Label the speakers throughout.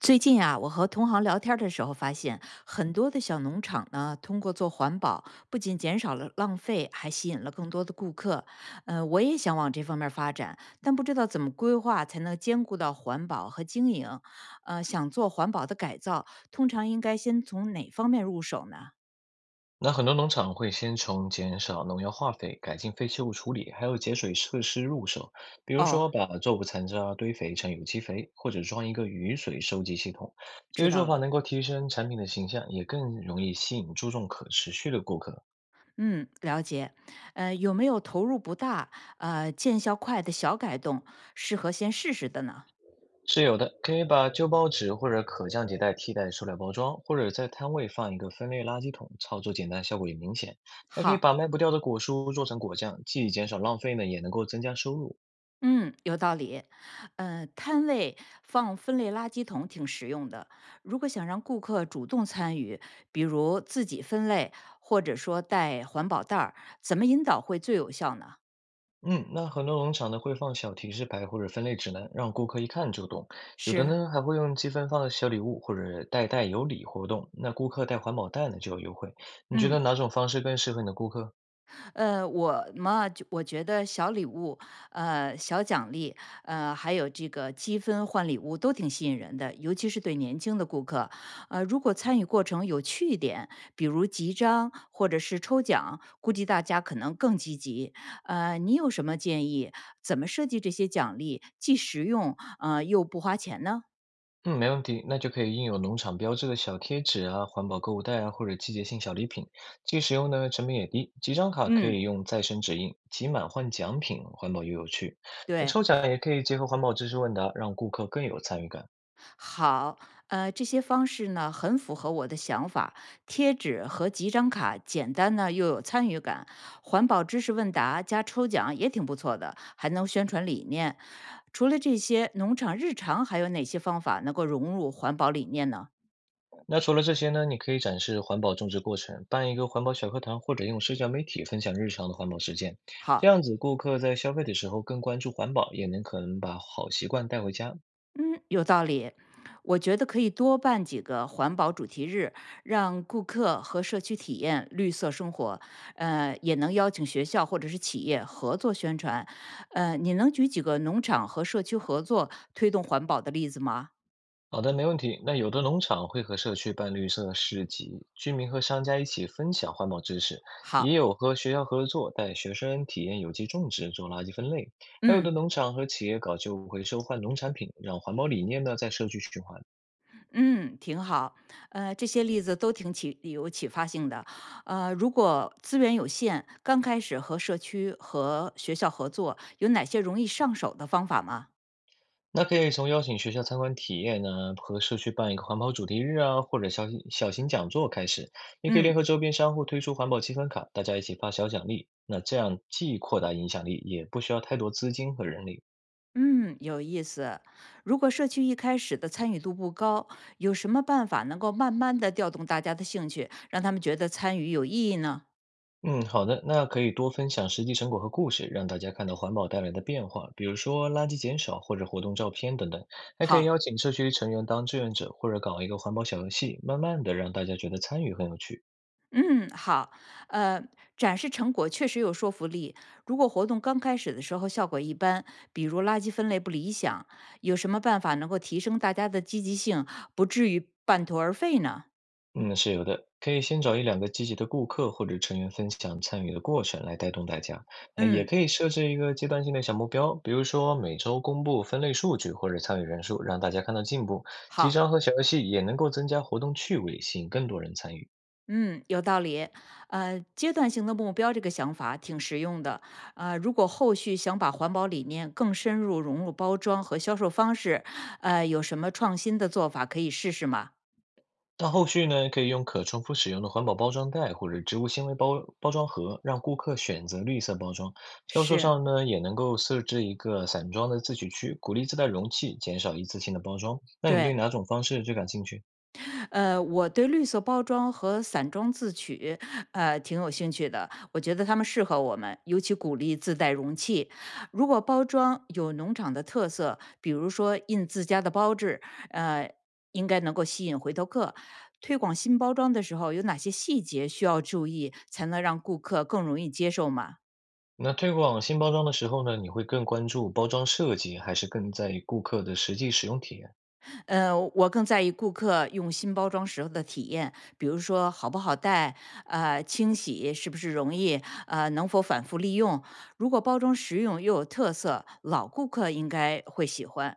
Speaker 1: 最近啊，我和同行聊天儿的时候发现，很多的小农场呢，通过做环保，不仅减少了浪费，还吸引了更多的顾客。我也想往这方面儿发展，但不知道怎么规划才能兼顾到环保和经营。想做环保的改造，通常应该先从哪方面入手呢？
Speaker 2: 那很多农场会先从减少农药化肥、改进废弃物处理，还有节水设施入手，比如
Speaker 1: 哦，
Speaker 2: 说把作物残渣堆肥成有机肥，或者装一个雨水收集系统。这
Speaker 1: 知
Speaker 2: 些
Speaker 1: 道
Speaker 2: 做法
Speaker 1: 了。
Speaker 2: 能够提升产品的形象，也更容易吸引注重可持续的顾客。
Speaker 1: 嗯，了解。有没有投入不大、见效快的小改动，适合先试试的呢？
Speaker 2: 是有的，可以把旧报纸或者可降解袋替代塑料包装，或者在摊位放一个分类垃圾桶，操作简单，效果也明显。还可以把
Speaker 1: 好，
Speaker 2: 卖不掉的果蔬做成果酱，既减少浪费呢，也能够增加收入。
Speaker 1: 嗯，有道理。摊位放分类垃圾桶挺实用的。如果想让顾客主动参与，比如自己分类，或者说带环保袋儿，怎么引导会最有效呢？
Speaker 2: 嗯，那很多农场呢会放小提示牌或者分类指南，让顾客一看就懂。有的
Speaker 1: 是，
Speaker 2: 呢还会用积分放的小礼物或者袋带有礼活动，那顾客带环保袋呢就有优惠。你觉得
Speaker 1: 嗯，
Speaker 2: 哪种方式更适合你的顾客？
Speaker 1: 我嘛，就我觉得小礼物，小奖励，还有这个积分换礼物都挺吸引人的，尤其是对年轻的顾客。如果参与过程有趣一点，比如集章或者是抽奖，估计大家可能更积极。你有什么建议？怎么设计这些奖励，既实用，又不花钱呢？
Speaker 2: 嗯，没问题，那就可以印有农场标志的小贴纸啊、环保购物袋啊或者季节性小礼品，既实用呢，成本也低。几张卡可
Speaker 1: 嗯，
Speaker 2: 以用再生纸印，集满换奖品，环保又有趣。那
Speaker 1: 对。
Speaker 2: 抽奖也可以结合环保知识问答，让顾客更有参与感。
Speaker 1: 好，这些方式呢很符合我的想法。贴纸和几张卡，简单呢又有参与感。环保知识问答加抽奖也挺不错的，还能宣传理念。除了这些，农场日常还有哪些方法能够融入环保理念呢？
Speaker 2: 那除了这些呢，你可以展示环保种植过程，办一个环保小课堂，或者用社交媒体分享日常的环保实践。这
Speaker 1: 好。
Speaker 2: 样子，顾客在消费的时候更关注环保，也能可能把好习惯带回家。
Speaker 1: 嗯，有道理。我觉得可以多办几个环保主题日，让顾客和社区体验绿色生活。也能邀请学校或者是企业合作宣传。你能举几个农场和社区合作推动环保的例子吗？
Speaker 2: 好的，没问题。那有的农场会和社区办绿色市集，居民和商家一起分享环保知识，也
Speaker 1: 好，
Speaker 2: 有和学校合作，带学生体验有机种植，做垃圾分类。还有的
Speaker 1: 嗯
Speaker 2: 农场和企业搞旧回收换农产品，让环保理念呢在社区循环。
Speaker 1: 嗯，挺好。这些例子都挺启有启发性的。如果资源有限，刚开始和社区和学校合作，有哪些容易上手的方法吗？
Speaker 2: 那可以从邀请学校参观体验呢，和社区办一个环保主题日啊，或者小型讲座开始。也可以
Speaker 1: 嗯。
Speaker 2: 联合周边商户推出环保积分卡，大家一起发小奖励。那这样既扩大影响力，也不需要太多资金和人力。
Speaker 1: 嗯，有意思。如果社区一开始的参与度不高，有什么办法能够慢慢的调动大家的兴趣，让他们觉得参与有意义呢？
Speaker 2: 嗯，好的，那可以多分享实际成果和故事，让大家看到环保带来的变化，比如说垃圾减少或者活动照片等等。还可
Speaker 1: 好，
Speaker 2: 以邀请社区成员当志愿者，或者搞一个环保小游戏，慢慢的让大家觉得参与很有趣。
Speaker 1: 嗯，好，呃，展示成果确实有说服力。如果活动刚开始的时候效果一般，比如垃圾分类不理想，有什么办法能够提升大家的积极性，不至于半途而废呢？
Speaker 2: 嗯，是有的，可以先找一两个积极的顾客或者成员分享参与的过程来带动大家。哎，也
Speaker 1: 嗯，
Speaker 2: 可以设置一个阶段性的小目标，比如说每周公布分类数据或者参与人数，让大家看到进步。集
Speaker 1: 好。
Speaker 2: 章和小游戏也能够增加活动趣味，吸引更多人参与。
Speaker 1: 嗯，有道理。阶段性的目标这个想法挺实用的。如果后续想把环保理念更深入融入包装和销售方式，有什么创新的做法可以试试吗？
Speaker 2: 那后续呢，可以用可重复使用的环保包装袋或者植物纤维包包装盒，让顾客选择绿色包装。销售
Speaker 1: 是，
Speaker 2: 上呢，也能够设置一个散装的自取区，鼓励自带容器，减少一次性的包装。那你对
Speaker 1: 对。
Speaker 2: 哪种方式最感兴趣？
Speaker 1: 我对绿色包装和散装自取，挺有兴趣的。我觉得它们适合我们，尤其鼓励自带容器。如果包装有农场的特色，比如说印自家的包制，呃，应该能够吸引回头客。推广新包装的时候，有哪些细节需要注意，才能让顾客更容易接受吗？
Speaker 2: 那推广新包装的时候呢，你会更关注包装设计，还是更在意顾客的实际使用体验？
Speaker 1: 我更在意顾客用新包装时候的体验，比如说好不好带，清洗是不是容易，能否反复利用。如果包装实用又有特色，老顾客应该会喜欢。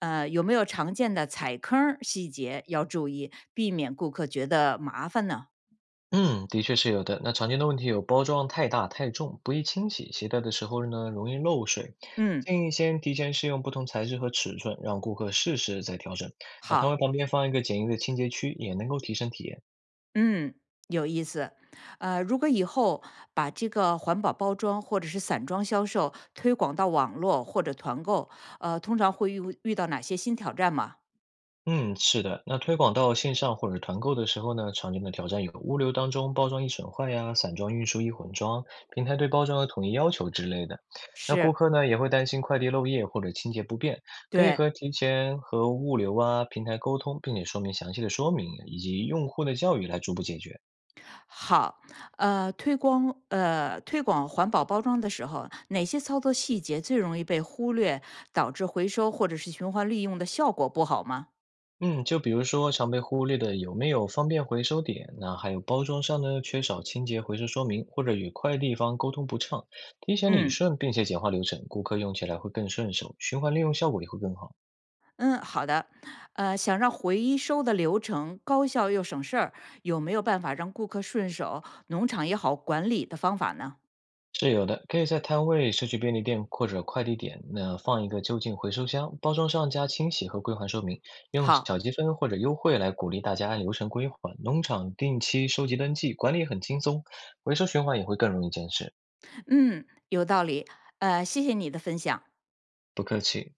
Speaker 1: 有没有常见的踩坑儿细节要注意，避免顾客觉得麻烦呢？
Speaker 2: 嗯，的确是有的。那常见的问题有包装太大、太重、不易清洗，携带的时候呢容易漏水。
Speaker 1: 嗯，
Speaker 2: 建议先提前试用不同材质和尺寸，让顾客试试再调整。那摊位
Speaker 1: 好。
Speaker 2: 旁边放一个简易的清洁区，也能够提升体验。
Speaker 1: 嗯，有意思。如果以后把这个环保包装或者是散装销售推广到网络或者团购，通常会遇到哪些新挑战吗？
Speaker 2: 嗯，是的，那推广到线上或者团购的时候呢，常见的挑战有物流当中包装易损坏呀、散装运输易混装、平台对包装的统一要求之类的。那顾
Speaker 1: 是，
Speaker 2: 客呢也会担心快递漏液或者清洁不便，可以
Speaker 1: 对，
Speaker 2: 和提前和物流啊平台沟通，并且说明详细的说明以及用户的教育来逐步解决。
Speaker 1: 好，呃，推广推广环保包装的时候，哪些操作细节最容易被忽略，导致回收或者是循环利用的效果不好吗？
Speaker 2: 嗯，就比如说常被忽略的有没有方便回收点，那还有包装上呢缺少清洁回收说明，或者与快递方沟通不畅，提前理
Speaker 1: 嗯。
Speaker 2: 顺并且简化流程，顾客用起来会更顺手，循环利用效果也会更好。
Speaker 1: 嗯，好的。想让回收的流程高效又省事儿，有没有办法让顾客顺手，农场也好管理的方法呢？
Speaker 2: 是有的，可以在摊位、社区便利店或者快递点那放一个就近回收箱，包装上加清洗和归还说明，用
Speaker 1: 好，
Speaker 2: 小积分或者优惠来鼓励大家按流程归还。农场定期收集登记，管理很轻松，回收循环也会更容易坚持。
Speaker 1: 嗯，有道理。谢谢你的分享。
Speaker 2: 不客气。